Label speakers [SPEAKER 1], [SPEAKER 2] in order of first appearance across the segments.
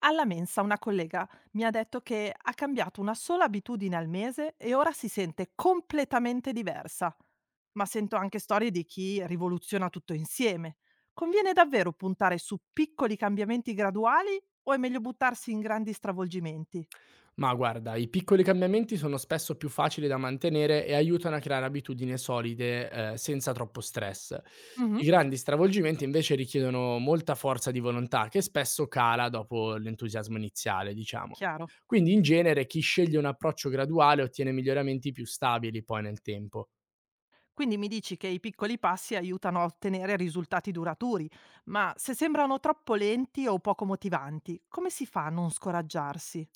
[SPEAKER 1] Alla mensa una collega mi ha detto che ha cambiato una sola abitudine al mese e ora si sente completamente diversa. Ma sento anche storie di chi rivoluziona tutto insieme. Conviene davvero puntare su piccoli cambiamenti graduali o è meglio buttarsi in grandi stravolgimenti?
[SPEAKER 2] Ma guarda, i piccoli cambiamenti sono spesso più facili da mantenere e aiutano a creare abitudini solide, senza troppo stress.
[SPEAKER 1] Mhm,
[SPEAKER 2] I grandi stravolgimenti invece richiedono molta forza di volontà che spesso cala dopo l'entusiasmo iniziale, diciamo.
[SPEAKER 1] chiaro.
[SPEAKER 2] Quindi in genere chi sceglie un approccio graduale ottiene miglioramenti più stabili poi nel tempo.
[SPEAKER 1] Quindi mi dici che i piccoli passi aiutano a ottenere risultati duraturi, ma se sembrano troppo lenti o poco motivanti, come si fa a non scoraggiarsi?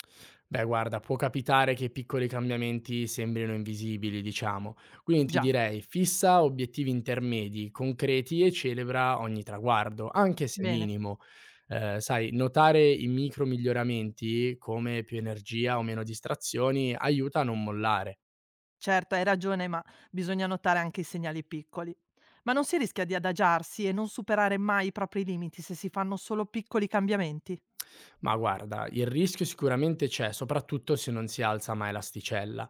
[SPEAKER 2] Beh, guarda, può capitare che piccoli cambiamenti sembrino invisibili, diciamo. Quindi ti
[SPEAKER 1] Già,
[SPEAKER 2] direi, fissa obiettivi intermedi, concreti e celebra ogni traguardo, anche se
[SPEAKER 1] bene.
[SPEAKER 2] minimo. Sai, notare i micro miglioramenti, come più energia o meno distrazioni, aiuta a non mollare.
[SPEAKER 1] Certo, hai ragione, ma bisogna notare anche i segnali piccoli. Ma non si rischia di adagiarsi e non superare mai i propri limiti se si fanno solo piccoli cambiamenti?
[SPEAKER 2] Ma guarda, il rischio sicuramente c'è, soprattutto se non si alza mai l'asticella.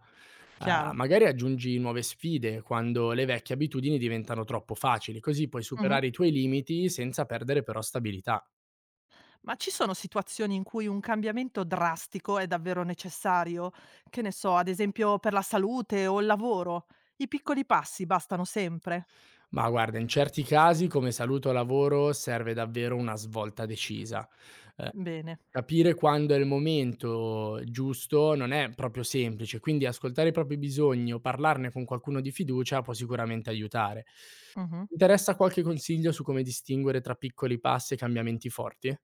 [SPEAKER 1] Chiaro.
[SPEAKER 2] Magari aggiungi nuove sfide quando le vecchie abitudini diventano troppo facili, così puoi
[SPEAKER 1] Mhm.
[SPEAKER 2] superare i tuoi limiti senza perdere però stabilità.
[SPEAKER 1] Ma ci sono situazioni in cui un cambiamento drastico è davvero necessario? Che ne so, ad esempio per la salute o il lavoro? I piccoli passi bastano sempre?
[SPEAKER 2] Ma guarda, in certi casi come salute o lavoro serve davvero una svolta decisa. Uhm,
[SPEAKER 1] Bene.
[SPEAKER 2] Capire quando è il momento giusto non è proprio semplice, quindi ascoltare i propri bisogni o parlarne con qualcuno di fiducia può sicuramente aiutare.
[SPEAKER 1] Mhm.
[SPEAKER 2] Interessa qualche consiglio su come distinguere tra piccoli passi e cambiamenti forti?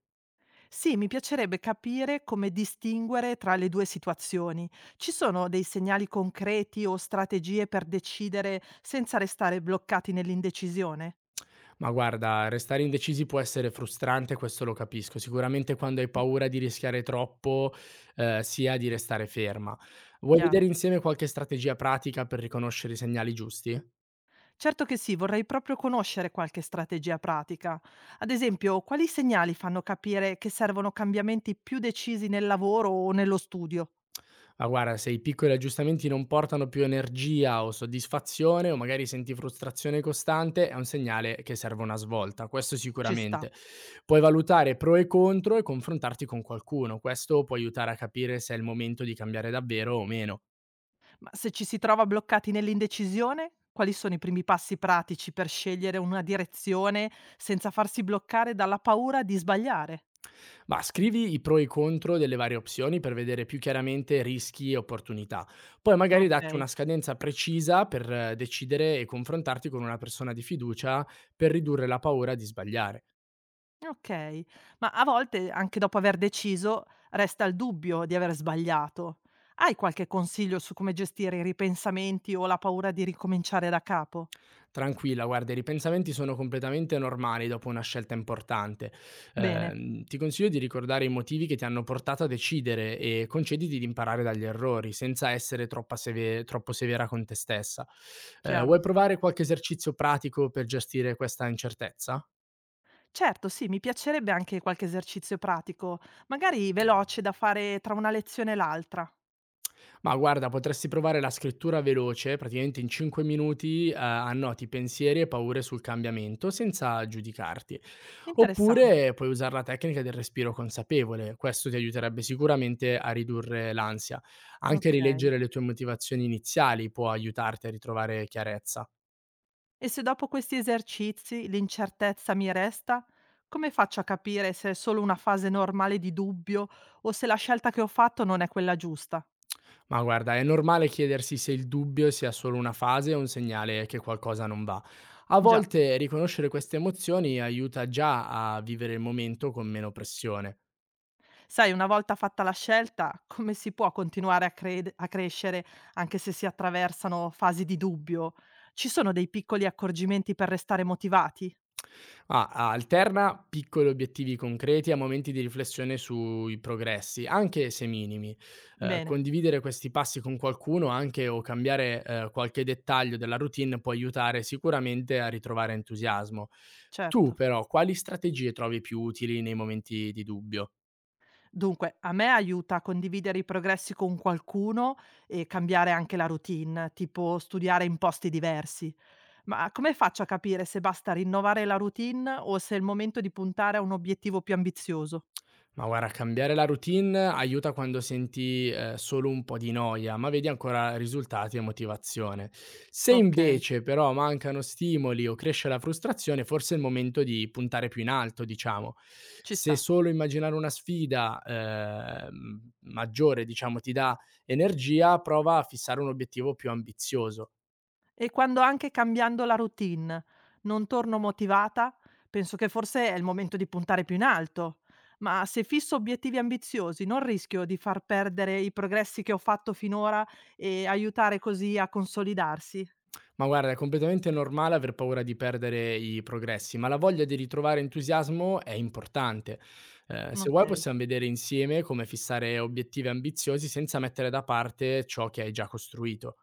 [SPEAKER 1] Sì, mi piacerebbe capire come distinguere tra le due situazioni. Ci sono dei segnali concreti o strategie per decidere senza restare bloccati nell'indecisione?
[SPEAKER 2] Ma guarda, restare indecisi può essere frustrante, questo lo capisco. Sicuramente quando hai
[SPEAKER 1] Mm,
[SPEAKER 2] paura di rischiare troppo, sia di restare ferma. Vuoi
[SPEAKER 1] chiaro.
[SPEAKER 2] vedere insieme qualche strategia pratica per riconoscere i segnali giusti?
[SPEAKER 1] Certo che sì, vorrei proprio conoscere qualche strategia pratica. Ad esempio, quali segnali fanno capire che servono cambiamenti più decisi nel lavoro o nello studio?
[SPEAKER 2] Ma guarda, se i piccoli aggiustamenti non portano più energia o soddisfazione, o magari senti frustrazione costante, è un segnale che serve una svolta, questo
[SPEAKER 1] Ci sta.
[SPEAKER 2] sicuramente. Puoi valutare pro e contro e confrontarti con qualcuno, questo può aiutare a capire se è il momento di cambiare davvero o meno.
[SPEAKER 1] Ma se ci si trova bloccati nell'indecisione, quali sono i primi passi pratici per scegliere una direzione senza farsi bloccare dalla paura di sbagliare?
[SPEAKER 2] Ma scrivi i pro e i contro delle varie opzioni per vedere più chiaramente rischi e opportunità. Poi magari datti
[SPEAKER 1] Okay,
[SPEAKER 2] una scadenza precisa per decidere e confrontarti con una persona di fiducia per ridurre la paura di sbagliare.
[SPEAKER 1] okay. Ma a volte, anche dopo aver deciso, resta il dubbio di aver sbagliato. Hai qualche consiglio su come gestire i ripensamenti o la paura di ricominciare da capo?
[SPEAKER 2] Tranquilla, guarda, i ripensamenti sono completamente normali dopo una scelta importante.
[SPEAKER 1] Bene,
[SPEAKER 2] Ti consiglio di ricordare i motivi che ti hanno portato a decidere e concediti di imparare dagli errori, senza essere troppo severa con te stessa.
[SPEAKER 1] chiaro.
[SPEAKER 2] Vuoi provare qualche esercizio pratico per gestire questa incertezza?
[SPEAKER 1] Certo, sì, mi piacerebbe anche qualche esercizio pratico, magari veloce da fare tra una lezione e l'altra.
[SPEAKER 2] Ma guarda, potresti provare la scrittura veloce, praticamente in 5 minuti, annoti pensieri e paure sul cambiamento senza giudicarti.
[SPEAKER 1] Interessante.
[SPEAKER 2] Oppure puoi usare la tecnica del respiro consapevole, questo ti aiuterebbe sicuramente a ridurre l'ansia. Anche
[SPEAKER 1] Okay.
[SPEAKER 2] rileggere le tue motivazioni iniziali può aiutarti a ritrovare chiarezza.
[SPEAKER 1] E se dopo questi esercizi l'incertezza mi resta, come faccio a capire se è solo una fase normale di dubbio o se la scelta che ho fatto non è quella giusta?
[SPEAKER 2] Ma guarda, è normale chiedersi se il dubbio sia solo una fase o un segnale che qualcosa non va. A
[SPEAKER 1] Già,
[SPEAKER 2] volte riconoscere queste emozioni aiuta già a vivere il momento con meno pressione.
[SPEAKER 1] sai, una volta fatta la scelta, come si può continuare a, a crescere anche se si attraversano fasi di dubbio? Ci sono dei piccoli accorgimenti per restare motivati?
[SPEAKER 2] Ah, alterna piccoli obiettivi concreti a momenti di riflessione sui progressi, anche se minimi.
[SPEAKER 1] Bene,
[SPEAKER 2] Condividere questi passi con qualcuno anche o cambiare qualche dettaglio della routine può aiutare sicuramente a ritrovare entusiasmo. Tu
[SPEAKER 1] certo.
[SPEAKER 2] però quali strategie trovi più utili nei momenti di dubbio?
[SPEAKER 1] Dunque, a me aiuta a condividere i progressi con qualcuno e cambiare anche la routine, tipo studiare in posti diversi. Ma come faccio a capire se basta rinnovare la routine o se è il momento di puntare a un obiettivo più ambizioso?
[SPEAKER 2] Ma guarda, cambiare la routine aiuta quando senti solo un po' di noia, ma vedi ancora risultati e motivazione. Se
[SPEAKER 1] Okay,
[SPEAKER 2] invece però mancano stimoli o cresce la frustrazione, forse è il momento di puntare più in alto, diciamo.
[SPEAKER 1] ci
[SPEAKER 2] Se
[SPEAKER 1] sta.
[SPEAKER 2] solo immaginare una sfida maggiore, diciamo, ti dà energia, prova a fissare un obiettivo più ambizioso.
[SPEAKER 1] E quando anche cambiando la routine non torno motivata, penso che forse è il momento di puntare più in alto. Ma se fisso obiettivi ambiziosi, non rischio di far perdere i progressi che ho fatto finora e aiutare così a consolidarsi?
[SPEAKER 2] Ma guarda, è completamente normale aver paura di perdere i progressi, ma la voglia di ritrovare entusiasmo è importante. Se vuoi
[SPEAKER 1] Okay.
[SPEAKER 2] possiam vedere insieme come fissare obiettivi ambiziosi senza mettere da parte ciò che hai già costruito.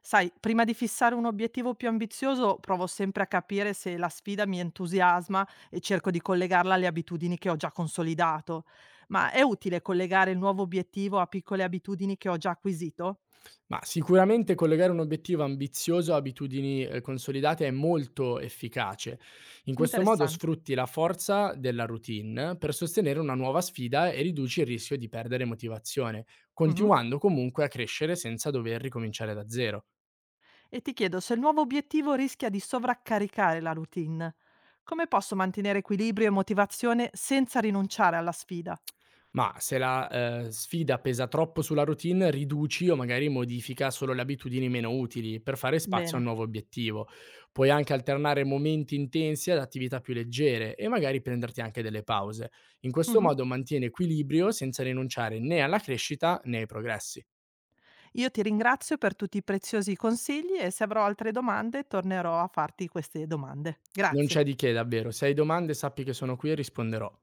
[SPEAKER 1] Sai, prima di fissare un obiettivo più ambizioso, provo sempre a capire se la sfida mi entusiasma e cerco di collegarla alle abitudini che ho già consolidato. Ma è utile collegare il nuovo obiettivo a piccole abitudini che ho già acquisito?
[SPEAKER 2] Ma sicuramente collegare un obiettivo ambizioso a abitudini, consolidate è molto efficace. In questo modo
[SPEAKER 1] Interessante.
[SPEAKER 2] sfrutti la forza della routine per sostenere una nuova sfida e riduci il rischio di perdere motivazione,
[SPEAKER 1] Mhm.
[SPEAKER 2] continuando comunque a crescere senza dover ricominciare da zero.
[SPEAKER 1] E ti chiedo se il nuovo obiettivo rischia di sovraccaricare la routine. Come posso mantenere equilibrio e motivazione senza rinunciare alla sfida?
[SPEAKER 2] Ma se la, sfida pesa troppo sulla routine, riduci o magari modifica solo le abitudini meno utili per fare spazio a un
[SPEAKER 1] Bene.
[SPEAKER 2] nuovo obiettivo. Puoi anche alternare momenti intensi ad attività più leggere e magari prenderti anche delle pause. In questo
[SPEAKER 1] Mhm.
[SPEAKER 2] modo mantieni equilibrio senza rinunciare né alla crescita né ai progressi.
[SPEAKER 1] Io ti ringrazio per tutti i preziosi consigli e se avrò altre domande tornerò a farti queste domande.
[SPEAKER 2] Non
[SPEAKER 1] Grazie.
[SPEAKER 2] c'è di che davvero, se hai domande sappi che sono qui e risponderò.